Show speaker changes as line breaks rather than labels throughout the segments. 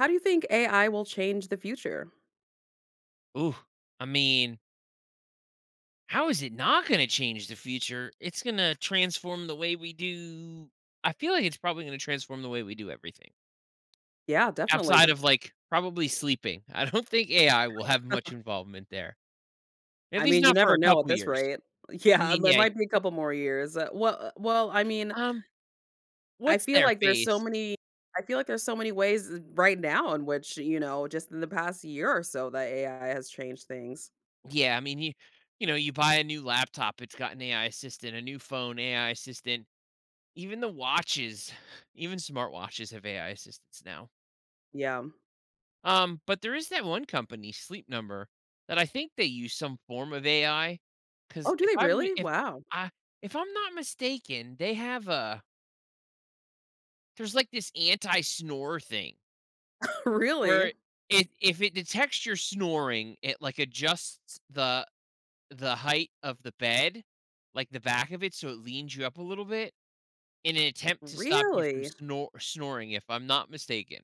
How do you think AI will change the future?
Ooh, I mean, how is it not going to change the future? It's going to transform the way we do. I feel like it's probably going to transform the way we do everything
Yeah,
outside
definitely.
of like probably sleeping. I don't think AI will have much involvement there, at
I
least
mean, you
not for
never
a
know at
couple
this
years.
rate. Yeah, it
Yeah.
might be a couple more years. I mean,
Um,
I
what's
feel
their
like there's so
face?
many. I feel like there's so many ways right now in which just in the past year or so, that AI has changed things.
Yeah, you buy a new laptop, it's got an AI assistant, a new phone, AI assistant. Even the watches, even smartwatches have AI assistants now.
Yeah.
But there is that one company, Sleep Number, that I think they use some form of AI. Because
Oh, do
if
they
I'm
really?
if
Wow.
I if I'm not mistaken, they have a there's like this anti-snore thing
Really?
where it if it detects your snoring, it like adjusts the height of the bed, like the back of it, so it leans you up a little bit in an attempt to stop you from
Really?
snoring. If I'm not mistaken.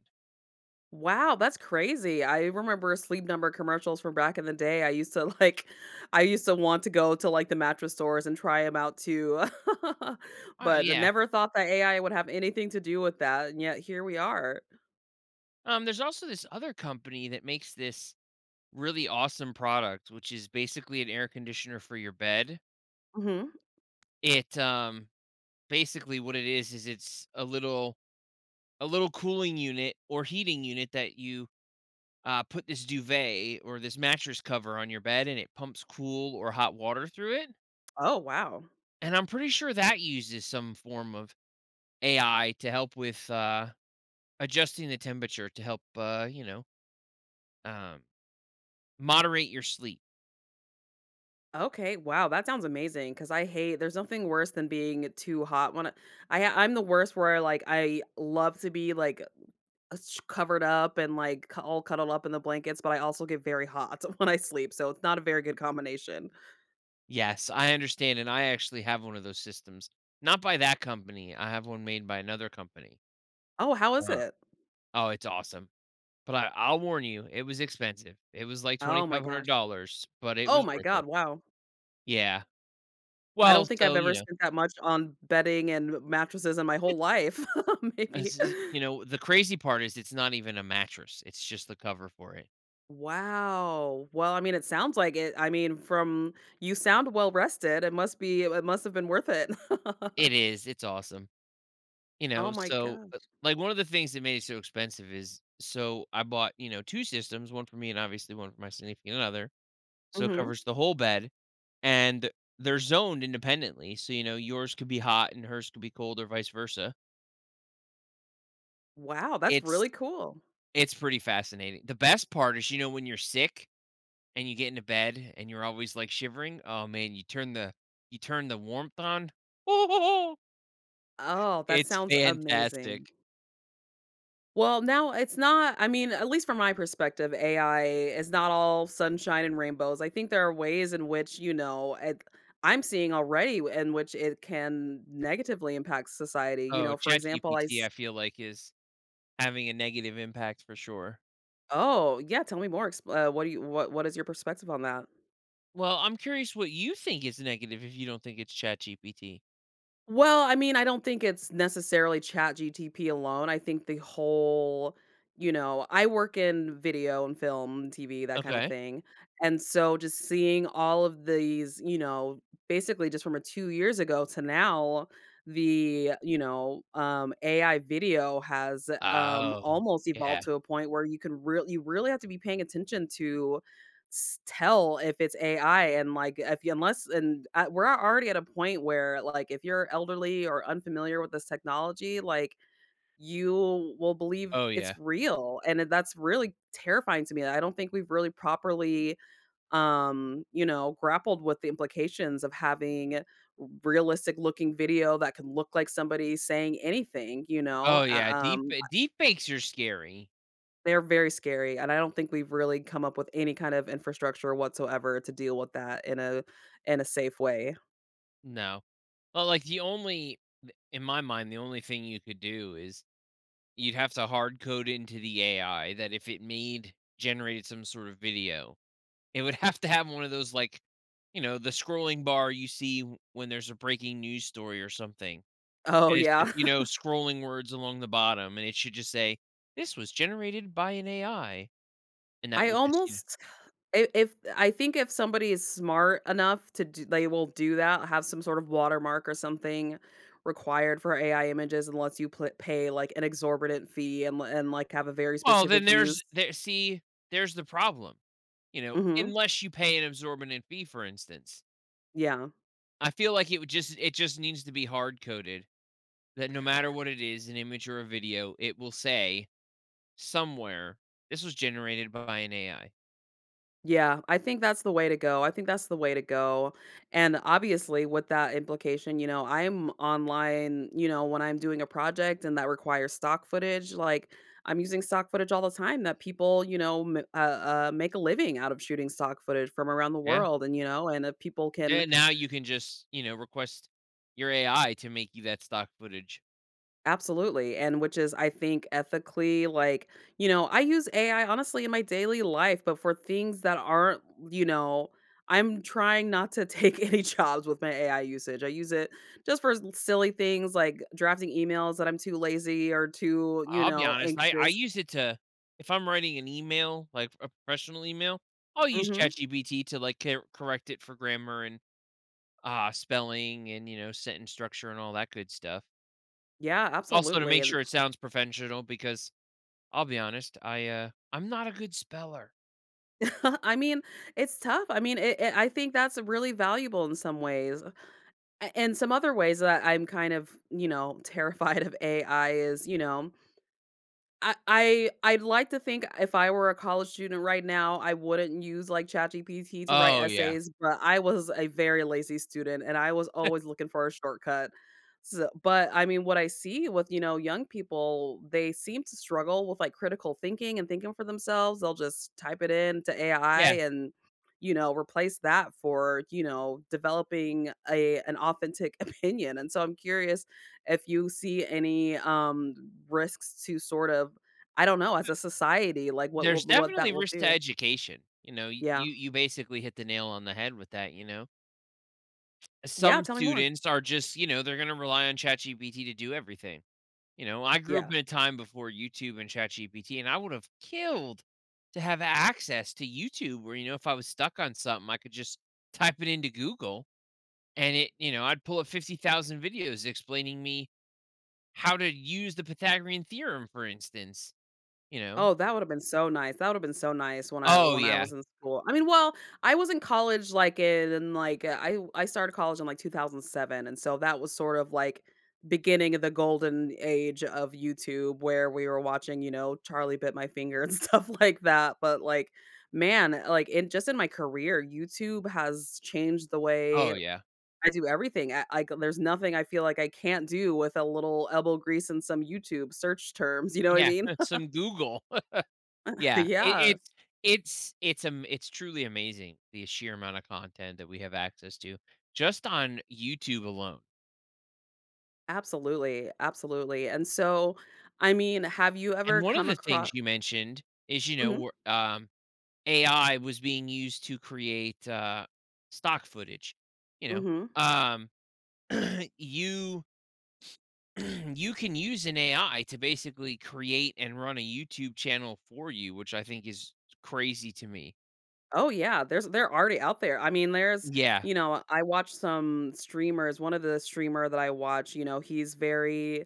Wow, that's crazy. I remember Sleep Number commercials from back in the day. I used to like I used to want to go to, like, the mattress stores and try them out too,
Oh
but I
yeah.
never thought that AI would have anything to do with that, and yet here we are.
There's also this other company that makes this really awesome product, which is basically an air conditioner for your bed.
Mhm.
It basically what it is it's a little cooling unit or heating unit that you put this duvet or this mattress cover on your bed and it pumps cool or hot water through it.
Oh, wow.
And I'm pretty sure that uses some form of AI to help with adjusting the temperature to help, um, moderate your sleep.
Okay, wow, that sounds amazing. Because I hate there's nothing worse than being too hot when I I'm the worst where, like, I love to be, like, sh covered up and, like, cu all cuddled up in the blankets, but I also get very hot when I sleep, so it's not a very good combination.
Yes, I understand, and I actually have one of those systems. Not by that company, I have one made by another company.
Oh, how is
Wow.
it?
Oh, it's awesome, but I'll warn you, it was expensive. It was like
Oh my gosh.
$2,500, but it
Oh
was
my
worth it.
god, wow.
Yeah.
I
Well,
don't think
so,
I've ever spent that much on bedding and mattresses in my whole life, maybe.
this is the crazy part is it's not even a mattress, it's just the cover for it.
Wow. Well, I mean, it sounds like it. I mean, from you sound well rested, it must be it must have been worth it.
It is, it's awesome. You
Oh
know,
my
so,
gosh.
like, one of the things that made it so expensive is so I bought, you know, 2 systems, one for me and obviously one for my significant other. So it
Mhm.
covers the whole bed, and they're zoned independently, so, you know, yours could be hot and hers could be cold or vice versa.
Wow, that's
It's
really cool.
it's pretty fascinating. The best part is, you know, when you're sick and you get into bed and you're always, like, shivering, oh, man, you turn the warmth on.
Oh, that
It's
sounds
fantastic.
amazing. Well, now it's not I mean, at least from my perspective, AI is not all sunshine and rainbows. I think there are ways in which, it, I'm seeing already in which it can negatively impact society. You
Oh,
know, for example, I
ChatGPT, I
s-
feel like, is having a negative impact for sure.
Oh, yeah, tell me more. Expl- What do you what is your perspective on that?
Well, I'm curious what you think is negative if you don't think it's ChatGPT.
Well, I mean, I don't think it's necessarily ChatGTP alone. I think the whole I work in video and film, TV, that kind of
Okay.
thing, and so just seeing all of these, basically just from a 2 years ago to now, the, AI video has,
Oh,
almost
yeah.
evolved to a point where you can really, you really have to be paying attention to s tell if it's AI and, like, if you unless and, we're already at a point where, like, if you're elderly or unfamiliar with this technology, like, you will believe
Oh, yeah.
it's real, and it that's really terrifying to me. I don't think we've really properly, grappled with the implications of having realistic looking video that can look like somebody saying anything, you
Oh,
know?
yeah. Deepfakes are scary.
They're very scary, and I don't think we've really come up with any kind of infrastructure whatsoever to deal with that in a safe way.
No. Well, like, the only th in my mind, the only thing you could do is you'd have to hard code into the AI that if it made generated some sort of video, it would have to have one of those, like, you know, the scrolling bar you see when there's a breaking news story or something,
Oh,
and it's just,
yeah.
you know, scrolling words along the bottom, and it should just say, "This was generated by an AI," and that
I
would just, you know.
almost I think if somebody is smart enough to do they will do that, have some sort of watermark or something required for AI images unless you pla pay, like, an exorbitant fee and li and, like, have a very
Well, then
specific
there's
use.
there see, there's the problem, you know,
Mhm.
unless you pay an absorbent fee, for instance.
Yeah.
I feel like it just needs to be hard coded that no matter what it is, an image or a video, it will say somewhere, "This was generated by an AI."
Yeah, I think that's the way to go. I think that's the way to go. And obviously, with that implication, I'm online, when I'm doing a project and that requires stock footage, like I'm using stock footage all the time that people, make a living out of shooting stock footage from around the
Yeah.
world. And, and if people can
Then now you can just, you know, request your AI to make you that stock footage.
Absolutely, and which is, I think, ethically, like, I use AI honestly in my daily life, but for things that aren't, you know, I'm trying not to take any jobs with my AI usage. I use it just for s- silly things like drafting emails that I'm too lazy or too,
I'll be honest, I
anxious.
use it to if I'm writing an email, like a professional email, I'll use
Hmm
ChatGPT to, like, correct it for grammar and ah, spelling and, you know, sentence structure and all that good stuff.
Yeah,
Also to
absolutely.
make
And
sure it sounds professional because I'll be honest, I, I'm not a good speller.
I mean, it's tough. I mean, I think that's really valuable in some ways. A- And some other ways that I'm kind of, terrified of AI is, I'd like to think if I were a college student right now, I wouldn't use, like, ChatGPT to write
Oh, yeah.
essays, but I was a very lazy student, and I was always looking for a shortcut. So but, I mean, what I see with, young people, they seem to struggle with, like, critical thinking and thinking for themselves. They'll just type it in to AI
Yeah.
and, replace that for, developing a an authentic opinion, and so I'm curious if you see any, risks to sort of I don't know, as a society, like, what
There's
will what
definitely
that will
risk to
do.
education. You know,
Yeah.
you you basically hit the nail on the head with that, you know?
Yeah,
Some
tell me more.
students are just, you know, they're gonna rely on ChatGPT to do everything. You know, I grew up
Yeah.
in a time before YouTube and ChatGPT, and I would have killed to have access to YouTube where, you know, if I was stuck on something, I could just type it into Google and it you know I'd pull up 50,000 videos explaining me how to use the pythagorean theorem, for instance, you know.
Oh, that would've been so nice. That would've been so nice when I
Oh
when I
yeah.
was in school. I mean, well, I was in college, like, in, like, I started college in, like, 2007, and so that was sort of, like, beginning of the golden age of YouTube where we were watching, Charlie Bit My Finger and stuff like that, but, like, man, like, in just in my career, YouTube has changed the
Oh
way
yeah.
I do everything. I like, there's nothing I feel like I can't do with a little elbow grease and some YouTube search terms, you know what I
Yeah.
mean?
Some google. Yeah,
Yeah.
it's it's truly amazing the sheer amount of content that we have access to just on youtube alone.
Absolutely, absolutely, and so, I mean, have you
And
ever
one of
come
the things
across
you mentioned is you know
Mhm,
where, ai was being used to create stock footage, you know.
mhm.
um you you can use an AI to basically create and run a YouTube channel for you, which I think is crazy to me.
Oh, yeah, there's they're already out there. I mean, there's
Yeah.
I watch some streamers, one of the streamer that I watch, he's very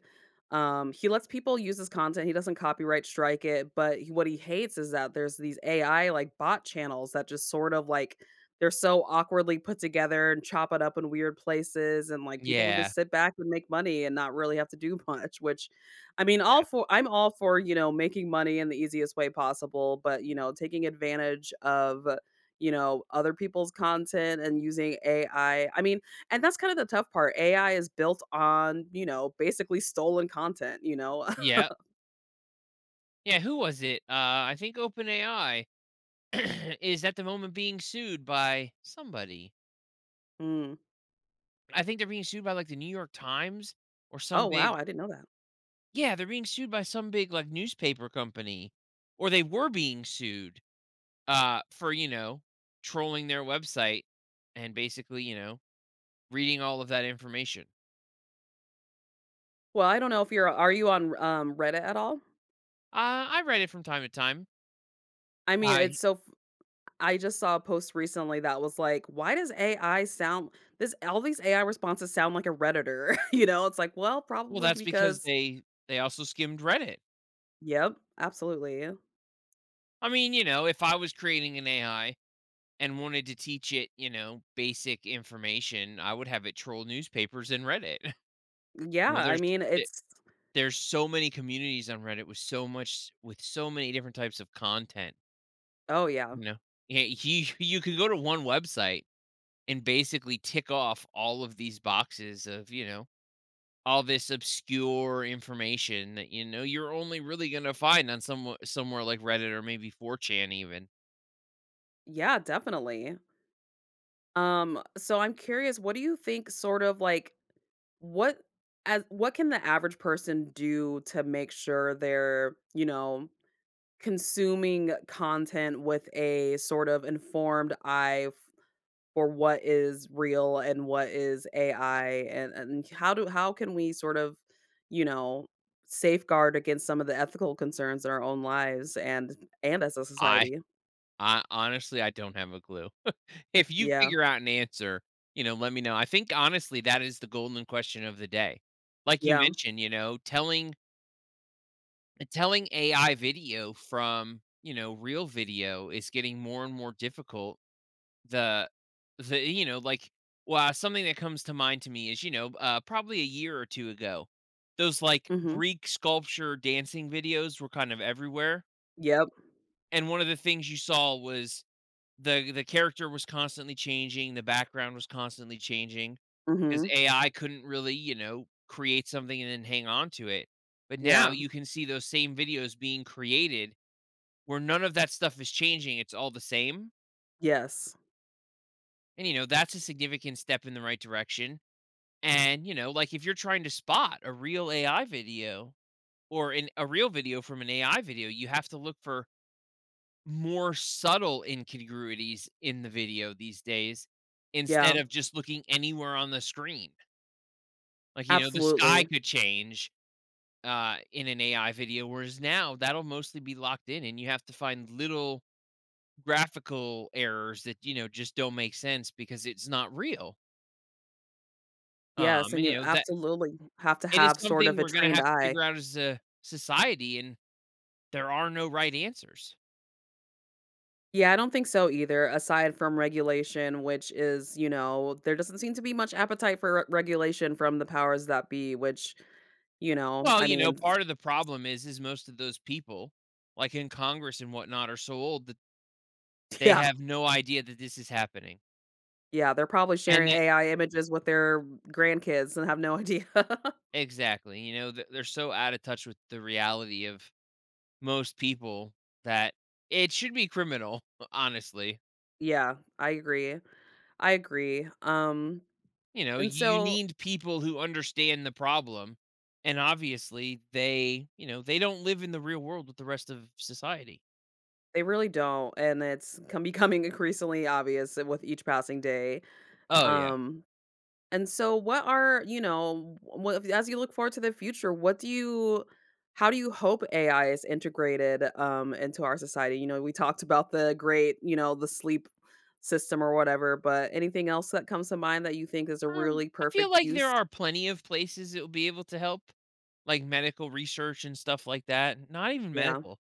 he lets people use his content, he doesn't copyright strike it, but he, what he hates is that there's these AI, like, bot channels that just sort of, like they're so awkwardly put together and chop it up in weird places, and, like, people
Yeah.
just sit back and make money and not really have to do much, which I mean,
Yeah.
all for I'm all for, making money in the easiest way possible, but, taking advantage of other people's content and using AI. I mean, and that's kind of the tough part. AI is built on, basically stolen content, you know?
Yeah. Yeah. Who was it? I think OpenAI is at the moment being sued by somebody.
Mm.
I think they're being sued by like the New York Times or some
Oh,
big.
wow. I didn't know that.
Yeah, they're being sued by some big like newspaper company, or they were being sued for you know trolling their website and basically you know reading all of that information?
Well, I don't know if you're are you on Reddit at all?
I read it from time to time.
I mean,
I
it's so f- I just saw a post recently that was like, why does AI sound this all these AI responses sound like a redditor, you know? It's like, well,
well,
probably
that's because
because
they also skimmed Reddit.
yep, absolutely.
I mean, you know, if I was creating an AI and wanted to teach it, you know, basic information, I would have it troll newspapers and Reddit.
Yeah,
You know,
I mean,
it-
it's
there's so many communities on Reddit with so much with so many different types of content.
oh yeah.
You know, yeah, you you could go to one website and basically tick off all of these boxes of you know all this obscure information that, you know, you're only really gonna find on somewhere like Reddit or maybe 4chan even.
Yeah, definitely. So I'm curious, what do you think sort of like what as what can the average person do to make sure they're, consuming content with a sort of informed eye f- for what is real and what is AI and how do how can we sort of, you know, safeguard against some of the ethical concerns in our own lives and as a
I
society?
I honestly, I don't have a clue. If you
Yeah.
figure out an answer, you know, let me know. I think honestly that is the golden question of the day. Like you
Yeah.
mentioned, you know, telling AI video from, you know, real video is getting more and more difficult. The the you know, like, well, something that comes to mind to me is, you know, probably a year or 2 ago, those, like,
Mhm.
Greek sculpture dancing videos were kind of everywhere,
Yep.
and one of the things you saw was the character was constantly changing, the background was constantly changing, because
Mhm.
AI couldn't really, you know, create something and then hang on to it, but now
Yeah.
you can see those same videos being created where none of that stuff is changing, it's all the same,
Yes.
and, you know, that's a significant step in the right direction. And, you know, like if you're trying to spot a real AI video or a real video from an AI video, you have to look for more subtle incongruities in the video these days instead
Yeah,
of just looking anywhere on the screen. Like, you know, the sky
absolutely.
could change in an AI video, whereas now that'll mostly be locked in and you have to find little graphical errors that, you know, just don't make sense because it's not real.
Yes, and
And,
you
you know, that
absolutely have to
It is
have sort
something
of a
we're gonna
trained
have to
eye.
figure out as a society, and there are no right answers.
Yeah, I don't think so either, aside from regulation, which is, there doesn't seem to be much appetite for re regulation from the powers that be, which,
Well,
I
you know,
mean,
part of the problem is most of those people, like in Congress and whatnot, are so old that they
yeah,
have no idea that this is happening.
yeah, they're probably
And
sharing
that
AI images with their grandkids and have no idea.
exactly, you know, th they're so out of touch with the reality of most people that it should be criminal, honestly.
Yeah, I agree. I agree.
You know,
And
you
so
need people who understand the problem, and obviously, they you know, they don't live in the real world with the rest of society.
they really don't, and it's come becoming increasingly obvious with each passing day.
Oh, yeah.
Um, And so what are, what as you look forward to the future, what do you how do you hope AI is integrated into our society? You know, we talked about the great, the sleep system or whatever, but anything else that comes to mind that you think is a really
I feel
perfect
like there
use?
are plenty of places that will be able to help, like medical research and stuff like that. Not even
Yeah.
medical,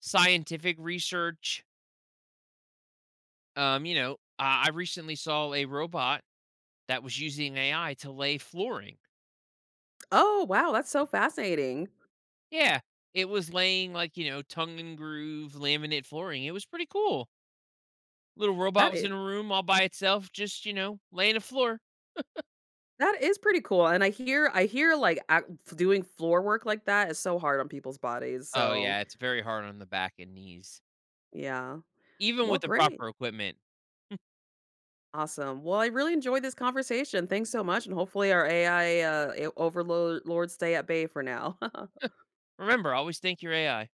scientific research. You know, I recently saw a robot that was using AI to lay flooring.
Oh, wow, that's so fascinating.
Yeah, it was laying like, you know, tongue and groove laminate flooring. It was pretty cool. Little robot
That
was in
is
a room all by itself, just, you know, laying a floor.
that is pretty cool. And I hear like ac- doing floor work like that is so hard on people's bodies.
Oh,
So,
yeah, it's very hard on the back and knees,
yeah.
even
Well,
with the
great.
proper equipment.
Awesome. Well, I really enjoyed this conversation. Thanks so much, and hopefully our AI overlords stay at bay for now.
Remember, always thank your AI.